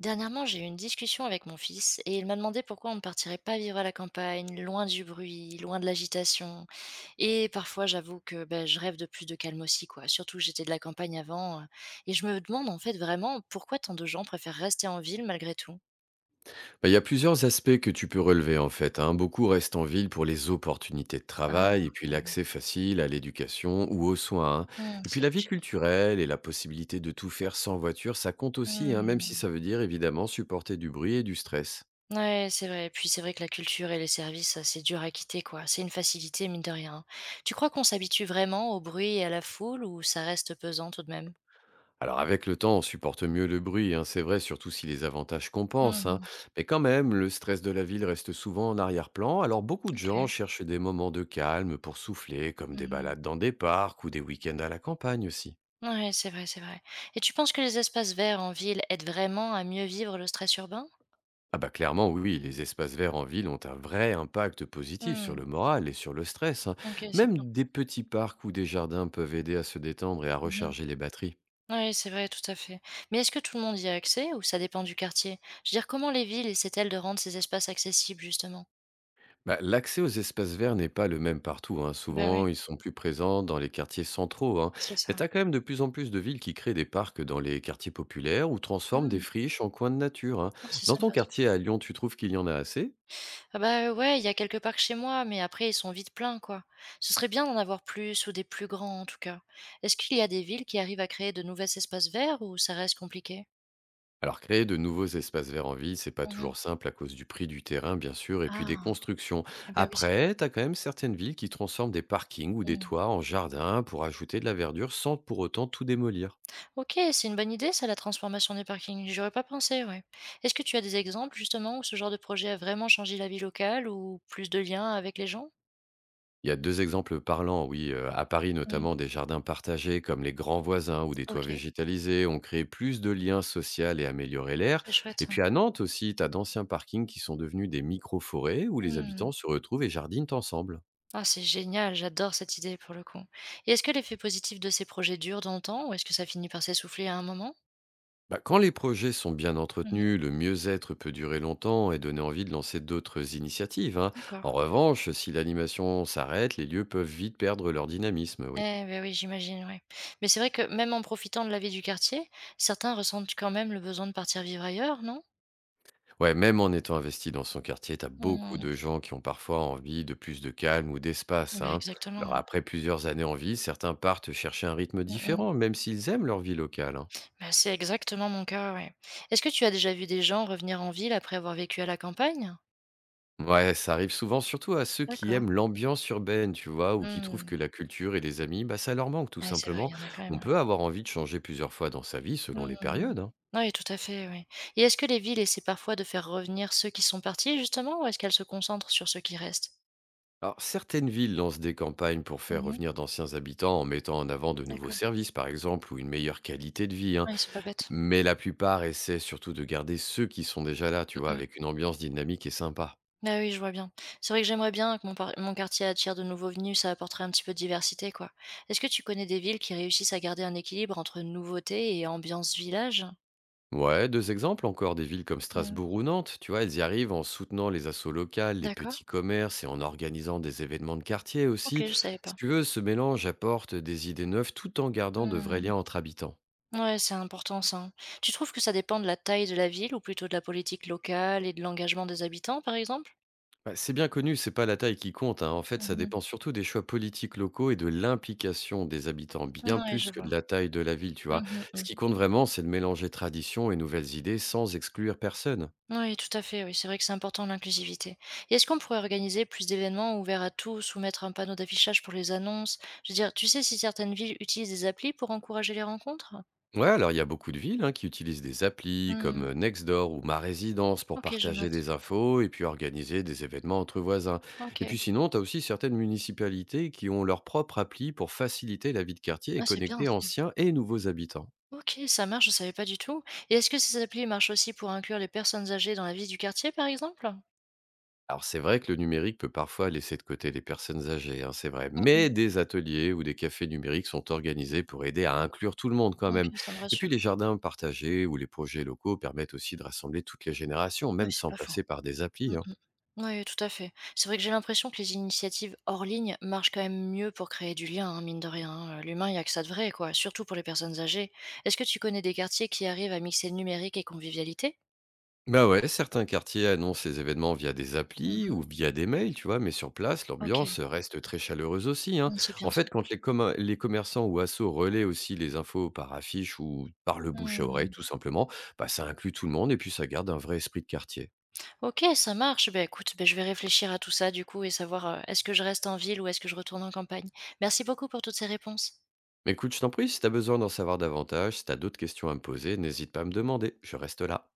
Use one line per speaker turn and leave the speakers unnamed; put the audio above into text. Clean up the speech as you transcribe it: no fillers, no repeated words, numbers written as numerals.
Dernièrement, j'ai eu une discussion avec mon fils et il m'a demandé pourquoi on ne partirait pas vivre à la campagne, loin du bruit, loin de l'agitation. Et parfois, j'avoue que ben, je rêve de plus de calme aussi, quoi. Surtout que j'étais de la campagne avant. Et je me demande en fait vraiment pourquoi tant de gens préfèrent rester en ville malgré tout.
Bah, il y a plusieurs aspects que tu peux relever, en fait, hein. Beaucoup restent en ville pour les opportunités de
Ah,
travail et puis
ouais, oui.
l'accès facile à l'éducation ou aux soins, hein.
Hmm,
Et puis
c'est
la vie
logique.
culturelle et la possibilité de tout faire sans voiture, ça compte aussi, hein, même si
Hmm.
ça veut dire évidemment supporter du bruit et du stress.
Ouais, c'est vrai. Et puis c'est vrai que la culture et les services, ça, c'est dur à quitter, quoi. C'est une facilité, mine de rien. Tu crois qu'on s'habitue vraiment au bruit et à la foule ou ça reste pesant tout de même?
Alors avec le temps, on supporte mieux le bruit, hein, c'est vrai, surtout si les avantages compensent, hein.
Mhm,
Mais quand même, le stress de la ville reste souvent en arrière-plan, alors beaucoup de gens
ok.
cherchent des moments de calme pour souffler, comme des
Mhm.
balades dans des parcs ou des week-ends à la campagne aussi.
Ouais, c'est vrai, c'est vrai. Et tu penses que les espaces verts en ville aident vraiment à mieux vivre le stress urbain?
Ah bah clairement, oui, oui, les espaces verts en ville ont un vrai impact positif sur
Mmh.
le moral et sur le stress, hein.
OK, c'est bien.
Même des petits parcs ou des jardins peuvent aider à se détendre et à
Oui,
recharger les batteries.
c'est vrai, tout à fait. Mais est-ce que tout le monde y a accès ou ça dépend du quartier? Je veux dire, comment les villes essaient-elles de rendre ces espaces accessibles, justement?
Bah, l'accès aux espaces verts n'est pas le même partout, hein.
Ben oui,
Souvent, ils sont plus présents dans les quartiers centraux, hein.
c'est
Mais
ça.
tu as quand même de plus en plus de villes qui créent des parcs dans les quartiers populaires ou transforment des
Mmh.
friches en coins de nature, hein.
Oh, c'est
Dans ton
sympa ça.
quartier à Lyon, tu trouves qu'il y en a assez?
Ah bah, ouais, il y a quelques parcs chez moi, mais après ils sont vite pleins, quoi. Ce serait bien d'en avoir plus ou des plus grands, en tout cas. Est-ce qu'il y a des villes qui arrivent à créer de nouveaux espaces verts ou ça reste compliqué?
Alors, créer de nouveaux espaces verts en ville, c'est pas
Mmh.
toujours simple à cause du prix du terrain, bien sûr, et puis des
Ah!
constructions.
Et bah oui, c'est vrai.
Après, t'as quand même certaines villes qui transforment des parkings ou des
Mmh.
toits en jardins pour ajouter de la verdure sans pour autant tout démolir.
OK, c'est une bonne idée ça, la transformation des parkings. J'aurais pas pensé, ouais. Est-ce que tu as des exemples justement où ce genre de projet a vraiment changé la vie locale ou plus de liens avec les gens?
Il y a deux exemples parlants, oui, à Paris
Mmh.
notamment, des jardins partagés comme les grands voisins ou des toits
OK,
végétalisés ont créé plus de liens sociaux et amélioré l'air.
c'est chouette
Et
ça.
puis à Nantes aussi, t'as d'anciens parkings qui sont devenus des micro-forêts où les
Mmh.
habitants se retrouvent et jardinent ensemble.
Ah, c'est génial, j'adore cette idée pour le coup. Et est-ce que l'effet positif de ces projets dure dans le temps ou est-ce que ça finit par s'essouffler à un moment?
Bah, quand les projets sont bien
Mmh.
entretenus, le mieux-être peut durer longtemps et donner envie de lancer d'autres initiatives, hein.
D'accord.
En revanche, si l'animation s'arrête, les lieux peuvent vite perdre leur dynamisme, oui.
Eh ben oui, j'imagine, ouais. Mais c'est vrai que même en profitant de la vie du quartier, certains ressentent quand même le besoin de partir vivre ailleurs, non?
Ouais, même en étant investi dans son quartier, t'as beaucoup
Mmh.
de gens qui ont parfois envie de plus de calme ou d'espace,
Bah,
hein.
exactement.
Alors après plusieurs années en ville, certains partent chercher un rythme
Mmh.
différent, même s'ils aiment leur vie locale, hein.
Bah, c'est exactement mon cas, ouais. Est-ce que tu as déjà vu des gens revenir en ville après avoir vécu à la campagne?
Ouais, ça arrive souvent, surtout à ceux qui
D'accord.
aiment l'ambiance urbaine, tu vois, ou qui trouvent
Mmh.
que la culture et les amis, bah, ça leur manque tout
Ouais, c'est vrai, il
simplement.
y en a quand même,
On
ouais.
peut avoir envie de changer plusieurs fois dans sa vie selon les
Mmh.
périodes, hein.
Oui, tout à fait, oui. Et est-ce que les villes essaient parfois de faire revenir ceux qui sont partis justement ou est-ce qu'elles se concentrent sur ceux qui restent?
Alors, certaines villes lancent des campagnes pour faire
Mmh.
revenir d'anciens habitants en mettant en avant de nouveaux
D'accord.
services, par exemple, ou une meilleure qualité de vie, hein.
Ouais, c'est pas bête.
Mais la plupart essaient surtout de garder ceux qui sont déjà là, tu
Mmh
vois,
mh.
avec une ambiance dynamique et sympa.
Bah, oui, je vois bien. C'est vrai que j'aimerais bien que mon quartier attire de nouveaux venus, ça apporterait un petit peu de diversité, quoi. Est-ce que tu connais des villes qui réussissent à garder un équilibre entre nouveauté et ambiance village?
Ouais, deux exemples encore, des villes comme
Mmh.
Strasbourg ou Nantes, tu vois, elles y arrivent en soutenant les assos locales, les
D'accord.
petits commerces et en organisant des événements de quartier aussi.
OK, je savais
Si
pas.
tu veux, ce mélange apporte des idées neuves tout en gardant de vrais
Mmh.
liens entre habitants.
Ouais, c'est important ça, hein. Tu trouves que ça dépend de la taille de la ville ou plutôt de la politique locale et de l'engagement des habitants, par exemple?
Bah, c'est bien connu, c'est pas la taille qui compte, hein. En fait, ça
Mmh,
dépend surtout des choix politiques locaux et de l'implication des habitants, bien
ouais, je
plus que de
vois.
la taille de la ville, tu
Mmh
vois.
mh,
Ce
mmh.
qui compte vraiment, c'est de mélanger tradition et nouvelles idées sans exclure personne.
Oui, tout à fait, oui, c'est vrai que c'est important l'inclusivité. Et est-ce qu'on pourrait organiser plus d'événements ouverts à tous ou mettre un panneau d'affichage pour les annonces? Je veux dire, tu sais si certaines villes utilisent des applis pour encourager les rencontres?
Ouais, alors il y a beaucoup de villes, hein, qui utilisent des applis comme
Mmh.
Nextdoor ou Ma Résidence pour
OK, je
partager
note.
des infos et puis organiser des événements entre voisins. Et puis
OK.
sinon, tu as aussi certaines municipalités qui ont leur propre appli pour faciliter la vie de quartier
Ah,
et
c'est bien
connecter
ça.
anciens et nouveaux habitants.
OK, ça marche, je savais pas du tout. Et est-ce que ces applis marchent aussi pour inclure les personnes âgées dans la vie du quartier, par exemple?
Alors c'est vrai que le numérique peut parfois laisser de côté les personnes âgées, hein, c'est vrai,
Mmh
mais des ateliers ou des cafés numériques sont organisés pour aider à inclure tout le monde quand
mh.
même.
OK, ça me
Et puis les
rassure.
jardins partagés ou les projets locaux permettent aussi de rassembler toutes les générations,
Oui,
même
c'est
sans
pas faux.
passer par des applis,
Mmh.
hein.
Oui, tout à fait. C'est vrai que j'ai l'impression que les initiatives hors ligne marchent quand même mieux pour créer du lien, hein, mine de rien, hein. L'humain, il y a que ça de vrai, quoi, surtout pour les personnes âgées. Est-ce que tu connais des quartiers qui arrivent à mixer numérique et convivialité?
Bah ouais, certains quartiers annoncent les événements via des applis
Mmh.
ou via des mails, tu vois, mais sur place,
OK.
l'ambiance reste très chaleureuse aussi, hein.
Mmh, c'est
En
bien ça.
fait, quand les, les commerçants ou assos relaient aussi les infos par affiche ou par le bouche à oreille,
Mmh.
tout simplement, bah, ça inclut tout le monde et puis ça garde un vrai esprit de quartier.
OK, ça marche. Ben écoute, ben je vais réfléchir à tout ça du coup et savoir, est-ce que je reste en ville ou est-ce que je retourne en campagne? Merci beaucoup pour toutes ces réponses.
Mais écoute, je t'en prie, si t'as besoin d'en savoir davantage, si t'as d'autres questions à me poser, n'hésite pas à me demander, je reste là.